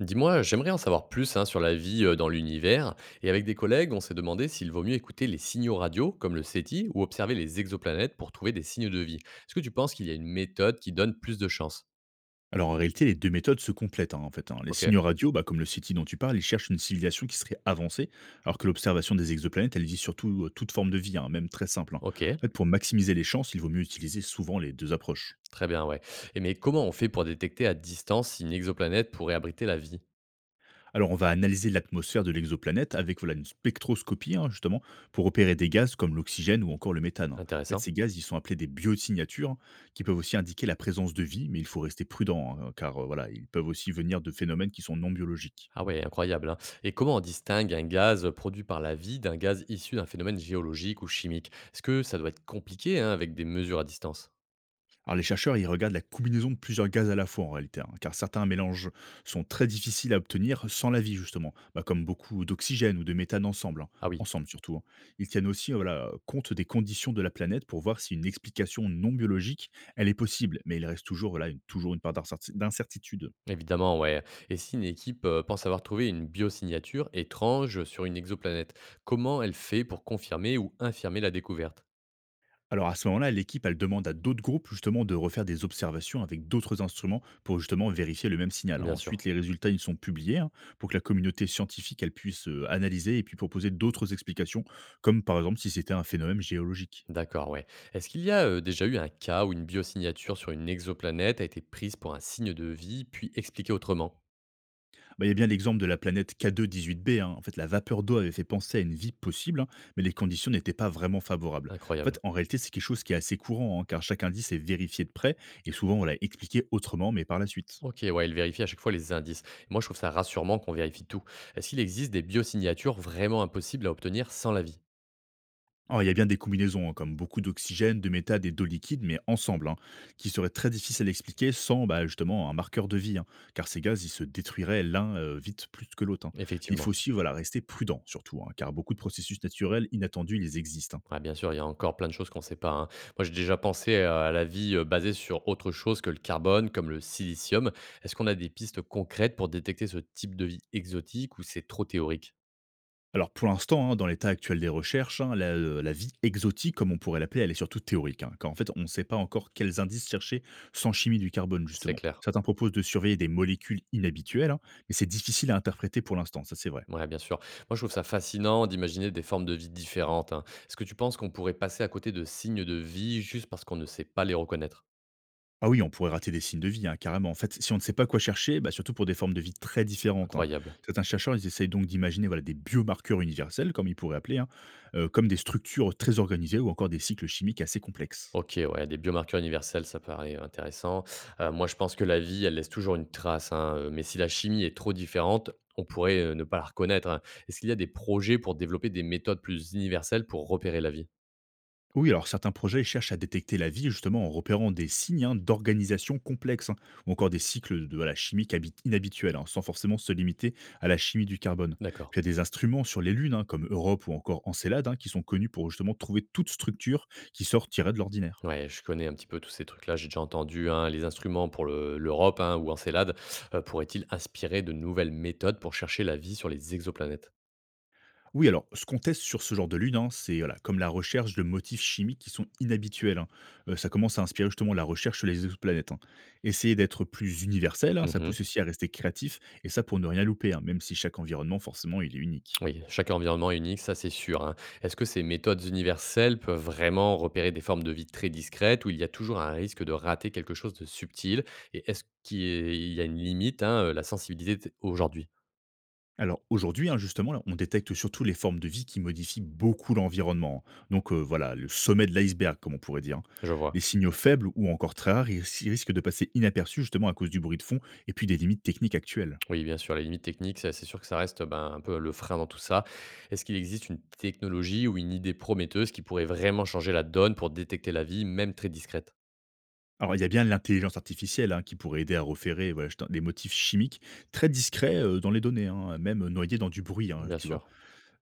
Dis-moi, j'aimerais en savoir plus, hein, sur la vie, dans l'univers. Et avec des collègues, on s'est demandé s'il vaut mieux écouter les signaux radio, comme le SETI, ou observer les exoplanètes pour trouver des signes de vie. Est-ce que tu penses qu'il y a une méthode qui donne plus de chances? Alors en réalité, les deux méthodes se complètent hein, en fait. Hein. Les Ok, signaux radio, bah, comme le SETI dont tu parles, ils cherchent une civilisation qui serait avancée, alors que l'observation des exoplanètes, elle vise surtout toute forme de vie, hein, même très simple. Hein. ok, En fait, pour maximiser les chances, il vaut mieux utiliser souvent les deux approches. très bien, ouais. Et mais comment on fait pour détecter à distance si une exoplanète pourrait abriter la vie? Alors on va analyser l'atmosphère de l'exoplanète avec voilà, une spectroscopie hein, justement pour repérer des gaz comme l'oxygène ou encore le méthane. Hein. En fait, Intéressant. ces gaz, ils sont appelés des biosignatures hein, qui peuvent aussi indiquer la présence de vie, mais il faut rester prudent hein, car voilà, ils peuvent aussi venir de phénomènes qui sont non biologiques. Ah ouais, incroyable, hein. Et comment on distingue un gaz produit par la vie d'un gaz issu d'un phénomène géologique ou chimique? Est-ce que ça doit être compliqué, hein, avec des mesures à distance? Alors les chercheurs, ils regardent la combinaison de plusieurs gaz à la fois en réalité, hein, car certains mélanges sont très difficiles à obtenir sans la vie justement, bah, comme beaucoup d'oxygène ou de méthane ensemble, hein, Ah oui. ensemble surtout. Hein. Ils tiennent aussi voilà, compte des conditions de la planète pour voir si une explication non biologique, elle est possible, mais il reste toujours, voilà, une, toujours une part d'incertitude. Évidemment, ouais. Et si une équipe pense avoir trouvé une biosignature étrange sur une exoplanète, comment elle fait pour confirmer ou infirmer la découverte? Alors à ce moment-là, l'équipe, elle demande à d'autres groupes justement de refaire des observations avec d'autres instruments pour justement vérifier le même signal. Hein. Bien Ensuite, sûr. les résultats, ils sont publiés hein, pour que la communauté scientifique, elle puisse analyser et puis proposer d'autres explications, comme par exemple si c'était un phénomène géologique. D'accord, ouais. Est-ce qu'il y a déjà eu un cas où une biosignature sur une exoplanète a été prise pour un signe de vie, puis expliquée autrement? Bah, il y a bien l'exemple de la planète K2-18b. Hein. En fait, la vapeur d'eau avait fait penser à une vie possible, hein, mais les conditions n'étaient pas vraiment favorables. En fait, Incroyable. en réalité, c'est quelque chose qui est assez courant, hein, car chaque indice est vérifié de près, et souvent on l'a expliqué autrement, mais par la suite. Ok, ouais, elle vérifie à chaque fois les indices. Moi, je trouve ça rassurant qu'on vérifie tout. Est-ce qu'il existe des biosignatures vraiment impossibles à obtenir sans la vie? Alors, il y a bien des combinaisons, hein, comme beaucoup d'oxygène, de méthane et d'eau liquide, mais ensemble, hein, qui serait très difficile à expliquer sans bah, justement un marqueur de vie, hein, car ces gaz, ils se détruiraient l'un vite plus que l'autre. Hein. Il faut Effectivement. aussi voilà, rester prudent, surtout, hein, car beaucoup de processus naturels inattendus, ils existent. Hein. Ouais, bien sûr, il y a encore plein de choses qu'on ne sait pas, hein. Moi, j'ai déjà pensé, à la vie, basée sur autre chose que le carbone, comme le silicium. Est-ce qu'on a des pistes concrètes pour détecter ce type de vie exotique ou c'est trop théorique? Alors pour l'instant, hein, dans l'état actuel des recherches, hein, la, la vie exotique, comme on pourrait l'appeler, elle est surtout théorique, hein, car en fait, on ne sait pas encore quels indices chercher sans chimie du carbone, C'est justement. clair. Certains proposent de surveiller des molécules inhabituelles, hein, mais c'est difficile à interpréter pour l'instant, ça c'est vrai. Ouais, bien sûr. Moi, je trouve ça fascinant d'imaginer des formes de vie différentes, hein. Est-ce que tu penses qu'on pourrait passer à côté de signes de vie juste parce qu'on ne sait pas les reconnaître? Ah oui, on pourrait rater des signes de vie, hein, carrément. En fait, si on ne sait pas quoi chercher, bah, surtout pour des formes de vie très différentes. Hein. Incroyable. Certains chercheurs, ils essayent donc d'imaginer voilà, des biomarqueurs universels, comme ils pourraient appeler, hein, comme des structures très organisées ou encore des cycles chimiques assez complexes. OK, ouais, des biomarqueurs universels, ça paraît intéressant. Moi, je pense que la vie, elle laisse toujours une trace, hein, mais si la chimie est trop différente, on pourrait, ne pas la reconnaître, hein. Est-ce qu'il y a des projets pour développer des méthodes plus universelles pour repérer la vie? Oui, alors certains projets cherchent à détecter la vie justement en repérant des signes hein, d'organisation complexe hein, ou encore des cycles de la inhabituels, hein, sans forcément se limiter à la chimie du carbone. D'accord. Puis il y a des instruments sur les lunes, hein, comme Europe ou encore Encelade, hein, qui sont connus pour justement trouver toute structure qui sortirait de l'ordinaire. Ouais, je connais un petit peu tous ces trucs-là, j'ai déjà entendu, hein, les instruments pour le l'Europe, hein, ou Encelade, pourraient-ils inspirer de nouvelles méthodes pour chercher la vie sur les exoplanètes? Oui, alors ce qu'on teste sur ce genre de lune, hein, c'est voilà, comme la recherche de motifs chimiques qui sont inhabituels. Hein. Ça commence à inspirer justement la recherche sur les exoplanètes. Hein. Essayer d'être plus universel, hein, ça Mmh. pousse aussi à rester créatif, et ça pour ne rien louper, hein, même si chaque environnement, forcément, il est unique. Oui, chaque environnement est unique, ça c'est sûr, hein. Est-ce que ces méthodes universelles peuvent vraiment repérer des formes de vie très discrètes où il y a toujours un risque de rater quelque chose de subtil? Et est-ce qu'il y a une limite, hein, la sensibilité aujourd'hui? Alors aujourd'hui, hein, justement, là, on détecte surtout les formes de vie qui modifient beaucoup l'environnement. Hein. Donc voilà, le sommet de l'iceberg, comme on pourrait dire. Hein. Je Les vois. signaux faibles ou encore très rares, ils risquent de passer inaperçus justement à cause du bruit de fond et puis des limites techniques actuelles. Oui, bien sûr, les limites techniques, ça, c'est sûr que ça reste, ben, un peu le frein dans tout ça. Est-ce qu'il existe une technologie ou une idée prometteuse qui pourrait vraiment changer la donne pour détecter la vie, même très discrète? Alors, il y a bien l'intelligence artificielle hein, qui pourrait aider à repérer voilà, justement, les motifs chimiques très discrets dans les données, hein, même noyés dans du bruit, hein, Bien tu vois. sûr.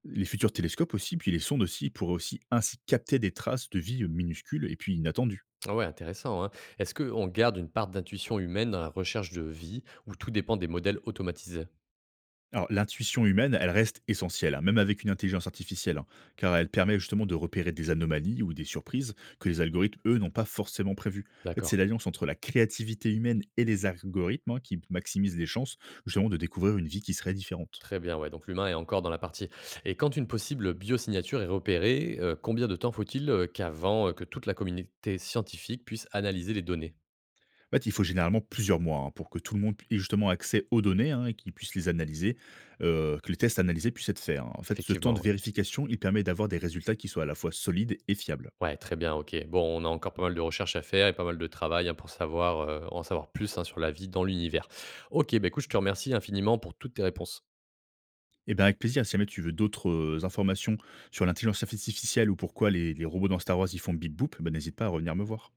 Les futurs télescopes aussi, puis les sondes aussi, pourraient aussi ainsi capter des traces de vie minuscules et puis inattendues. Ah ouais, intéressant, hein. Est-ce qu'on garde une part d'intuition humaine dans la recherche de vie ou tout dépend des modèles automatisés? Alors, l'intuition humaine, elle reste essentielle, hein, même avec une intelligence artificielle, hein, car elle permet justement de repérer des anomalies ou des surprises que les algorithmes, eux, n'ont pas forcément prévues. En fait, c'est D'accord. l'alliance entre la créativité humaine et les algorithmes hein, qui maximise les chances, justement, de découvrir une vie qui serait différente. Très bien, ouais. Donc l'humain est encore dans la partie. Et quand une possible biosignature est repérée, combien de temps faut-il qu'avant que toute la communauté scientifique puisse analyser les données? En fait, il faut généralement plusieurs mois hein, pour que tout le monde ait justement accès aux données hein, et qu'ils puissent les analyser, que les tests analysés puissent être faits. Hein. En fait, ce temps de Effectivement, ouais. vérification, il permet d'avoir des résultats qui soient à la fois solides et fiables. Ouais, très bien, ok. Bon, on a encore pas mal de recherches à faire et pas mal de travail, hein, pour savoir, en savoir plus, hein, sur la vie dans l'univers. Ok, bah écoute, je te remercie infiniment pour toutes tes réponses. Et bien, avec plaisir, si jamais tu veux d'autres informations sur l'intelligence artificielle ou pourquoi les robots dans Star Wars ils font bip boop, ben, n'hésite pas à revenir me voir.